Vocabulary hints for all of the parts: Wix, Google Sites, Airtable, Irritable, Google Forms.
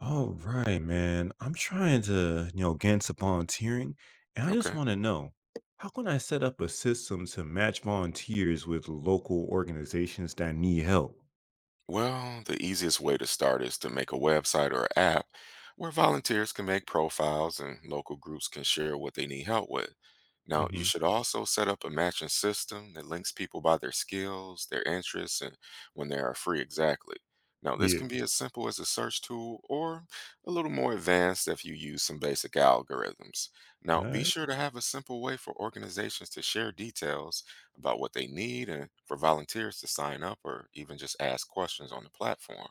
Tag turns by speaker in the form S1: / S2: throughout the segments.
S1: All right, man. I'm trying to, get into volunteering, and I just
S2: Okay.
S1: want to know how can I set up a system to match volunteers with local organizations that need help?
S2: Well, the easiest way to start is to make a website or app where volunteers can make profiles and local groups can share what they need help with. Now, you
S1: Hmm.
S2: should also set up a matching system that links people by their skills, their interests, and when they are free exactly. Now, this
S1: Yeah.
S2: can be as simple as a search tool or a little more advanced if you use some basic algorithms. Now,
S1: All
S2: be
S1: right.
S2: sure to have a simple way for organizations to share details about what they need and for volunteers to sign up or even just ask questions on the platform.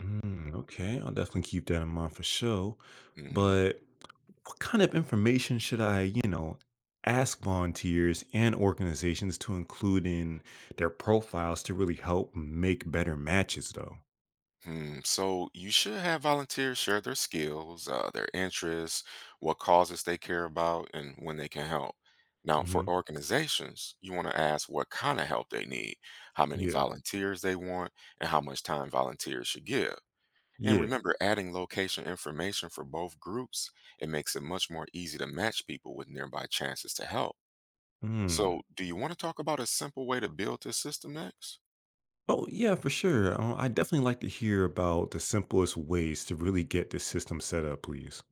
S1: Mm, okay. I'll definitely keep that in mind for sure.
S2: Hmm.
S1: But what kind of information should I, ask volunteers and organizations to include in their profiles to really help make better matches, though?
S2: Hmm. So you should have volunteers share their skills, their interests, what causes they care about, and when they can help. Now, for
S1: Hmm.
S2: organizations, you want to ask what kind of help they need, how many
S1: Yeah.
S2: volunteers they want, and how much time volunteers should give. And
S1: Yeah.
S2: remember, adding location information for both groups, it makes it much more easy to match people with nearby chances to help.
S1: Hmm.
S2: So, do you want to talk about a simple way to build this system next?
S1: Oh, yeah, for sure. I definitely like to hear about the simplest ways to really get this system set up, please.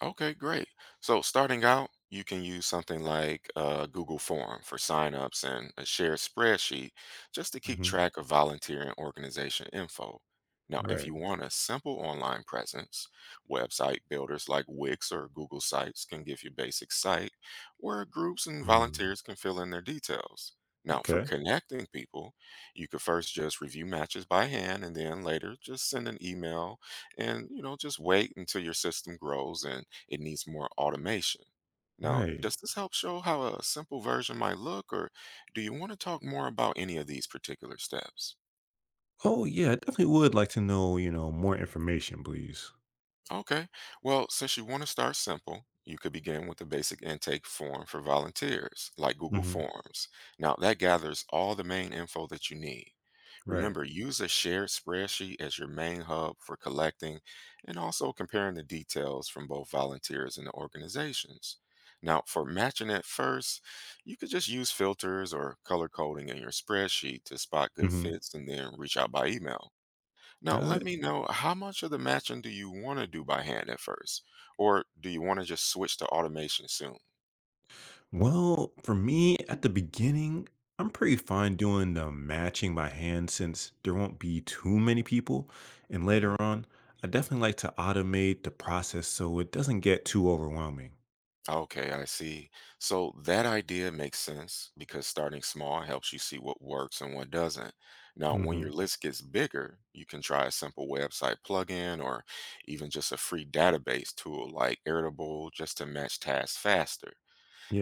S2: Okay, great. So starting out, you can use something like Google Form for signups and a shared spreadsheet just to keep
S1: Hmm.
S2: track of volunteer and organization info. Now, if you
S1: Right.
S2: want a simple online presence, website builders like Wix or Google Sites can give you basic site where groups and
S1: Mm.
S2: volunteers can fill in their details. Now, for
S1: Okay.
S2: connecting people, you could first just review matches by hand and then later just send an email and just wait until your system grows and it needs more automation. Now,
S1: Right.
S2: does this help show how a simple version might look, or do you want to talk more about any of these particular steps?
S1: Oh, yeah, I definitely would like to know, more information, please.
S2: Okay. Well, since you want to start simple, you could begin with a basic intake form for volunteers, like Google
S1: Hmm.
S2: Forms. Now, that gathers all the main info that you need.
S1: Right.
S2: Remember, use a shared spreadsheet as your main hub for collecting and also comparing the details from both volunteers and the organizations. Now, for matching at first, you could just use filters or color coding in your spreadsheet to spot good
S1: Hmm.
S2: fits and then reach out by email. Now,
S1: All
S2: let
S1: right.
S2: me know how much of the matching do you want to do by hand at first, or do you want to just switch to automation soon?
S1: Well, for me, at the beginning, I'm pretty fine doing the matching by hand since there won't be too many people. And
S2: Mhm.
S1: later on, I definitely like to automate the process so it doesn't get too overwhelming.
S2: Okay, I see. So that idea makes sense because starting small helps you see what works and what doesn't. Now, when
S1: Mm-hmm.
S2: your list gets bigger, you can try a simple website plugin or even just a free database tool like Airtable just to match tasks faster.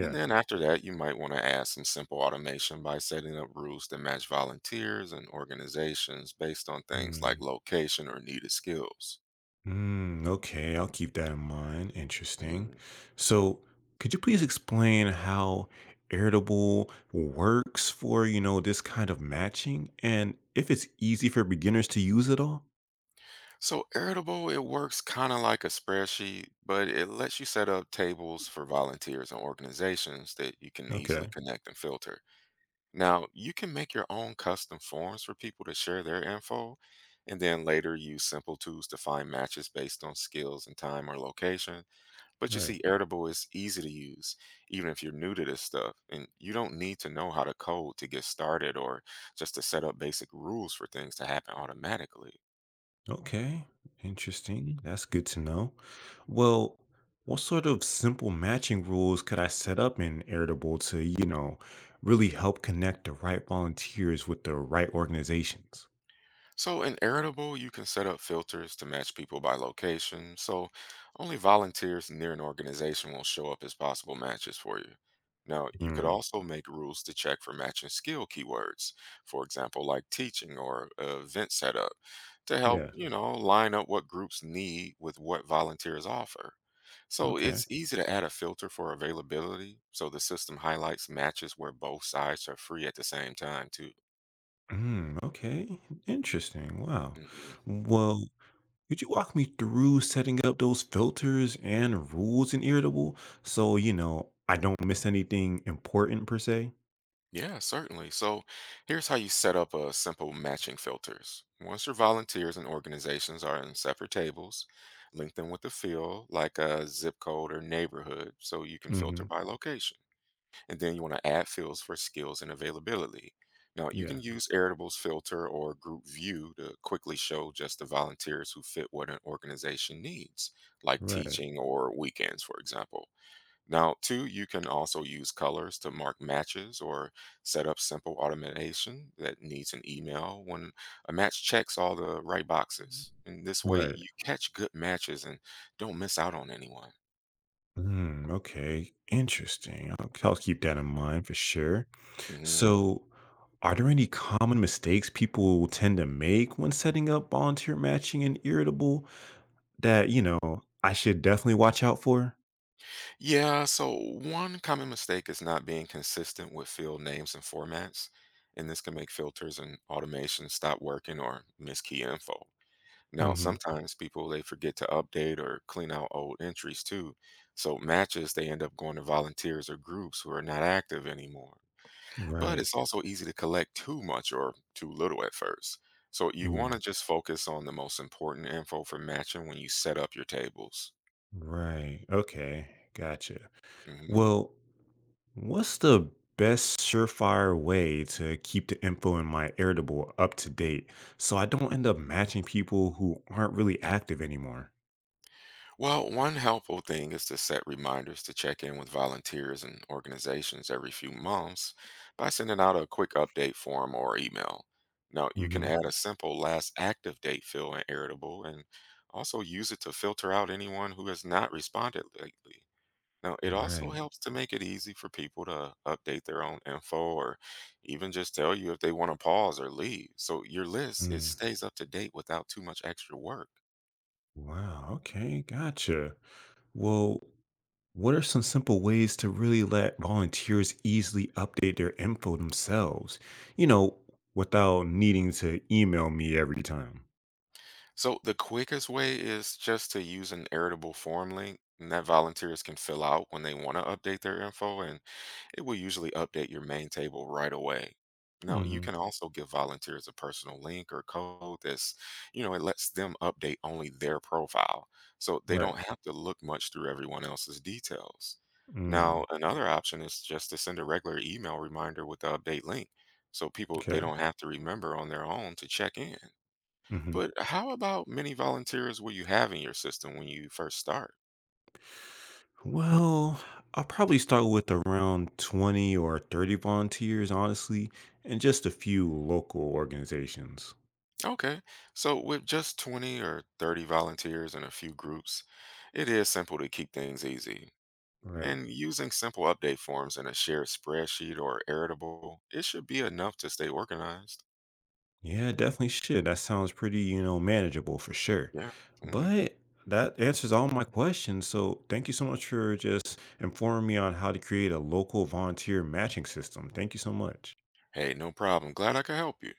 S2: And then after that, you might want to add some simple automation by setting up rules that match volunteers and organizations based on things like
S1: Mm,
S2: location or needed skills.
S1: okay, I'll keep that in mind. Interesting.
S2: Mhm.
S1: So, could you please explain how Irritable works for, this kind of matching and if it's easy for beginners to use at all?
S2: So, Airtable, it works kind of like a spreadsheet, but it lets you set up tables for volunteers and organizations that you can easily
S1: Okay.
S2: connect and filter. Now, you can make your own custom forms for people to share their info, and then later use simple tools to find matches based on skills and time or location. But you
S1: Right.
S2: see, Airtable is easy to use, even if you're new to this stuff, and you don't need to know how to code to get started or just to set up basic rules for things to happen automatically.
S1: Okay, interesting. That's good to know. Well, what sort of simple matching rules could I set up in Irritable to, really help connect the right volunteers with the right organizations?
S2: So in Irritable, you can set up filters to match people by location, so only volunteers near an organization will show up as possible matches for you. Now, you could
S1: Mm.
S2: also make rules to check for matching skill keywords, for example, like teaching or event setup, to help,
S1: Yeah.
S2: you know, line up what groups need with what volunteers offer. So
S1: Okay.
S2: it's easy to add a filter for availability, so the system highlights matches where both sides are free at the same time, too.
S1: Mm, okay. Interesting. Wow.
S2: Mhm.
S1: Well, could you walk me through setting up those filters and rules in Irritable so, I don't miss anything important per se?
S2: Yeah, certainly. So here's how you set up a simple matching filters. Once your volunteers and organizations are in separate tables, link them with a field like a zip code or neighborhood so you can filter
S1: Mm-hmm.
S2: by location. And then you want to add fields for skills and availability. Now, you can
S1: Yeah.
S2: use Airtable's filter or group view to quickly show just the volunteers who fit what an organization needs, like
S1: Right.
S2: teaching or weekends, for example. Now, two, you can also use colors to mark matches or set up simple automation that needs an email when a match checks all the right boxes. And this way,
S1: Right.
S2: you catch good matches and don't miss out on anyone.
S1: Mm, okay. Interesting. I'll keep that in mind for sure.
S2: Hmm.
S1: So, are there any common mistakes people tend to make when setting up volunteer matching and irritable that, I should definitely watch out for?
S2: Yeah, so one common mistake is not being consistent with field names and formats. And this can make filters and automation stop working or miss key info. Now,
S1: Hmm.
S2: sometimes people they forget to update or clean out old entries too. So matches they end up going to volunteers or groups who are not active anymore. But
S1: Right.
S2: it's also easy to collect too much or too little at first. So you want to
S1: Mm.
S2: just focus on the most important info for matching when you set up your tables.
S1: Right. Okay. Gotcha.
S2: Mhm.
S1: Well, what's the best surefire way to keep the info in my Airtable up to date so I don't end up matching people who aren't really active anymore?
S2: Well, one helpful thing is to set reminders to check in with volunteers and organizations every few months by sending out a quick update form or email. Now, you can
S1: Mm-hmm.
S2: add a simple last active date field in Irritable and also use it to filter out anyone who has not responded lately. Now, it also
S1: Right.
S2: helps to make it easy for people to update their own info or even just tell you if they want to pause or leave. So your list it
S1: Mm.
S2: stays up to date without too much extra work.
S1: Wow. Okay. Gotcha. Well, what are some simple ways to really let volunteers easily update their info themselves, you know, without needing to email me every time?
S2: So the quickest way is just to use an editable form link and that volunteers can fill out when they want to update their info and it will usually update your main table right away. Now, you can also give volunteers a personal link or code that's, you know, it lets them update only their profile. So they
S1: Right.
S2: don't have to look much through everyone else's details. Now,
S1: Mm,
S2: another option is just to send a regular email reminder with the update link. So people, they
S1: okay.
S2: don't have to remember on their own to check in.
S1: Hmm.
S2: But how about many volunteers will you have in your system when you first start?
S1: Well, I'll probably start with around 20 or 30 volunteers, honestly, and just a few local organizations.
S2: Okay, so with just 20 or 30 volunteers and a few groups, it is simple to keep things easy.
S1: Right.
S2: And using simple update forms in a shared spreadsheet or Airtable, it should be enough to stay organized.
S1: Yeah, definitely should. That sounds pretty, manageable for sure.
S2: Yeah. Hmm.
S1: But that answers all my questions. So thank you so much for just informing me on how to create a local volunteer matching system. Thank you so much.
S2: Hey, no problem. Glad I could help you.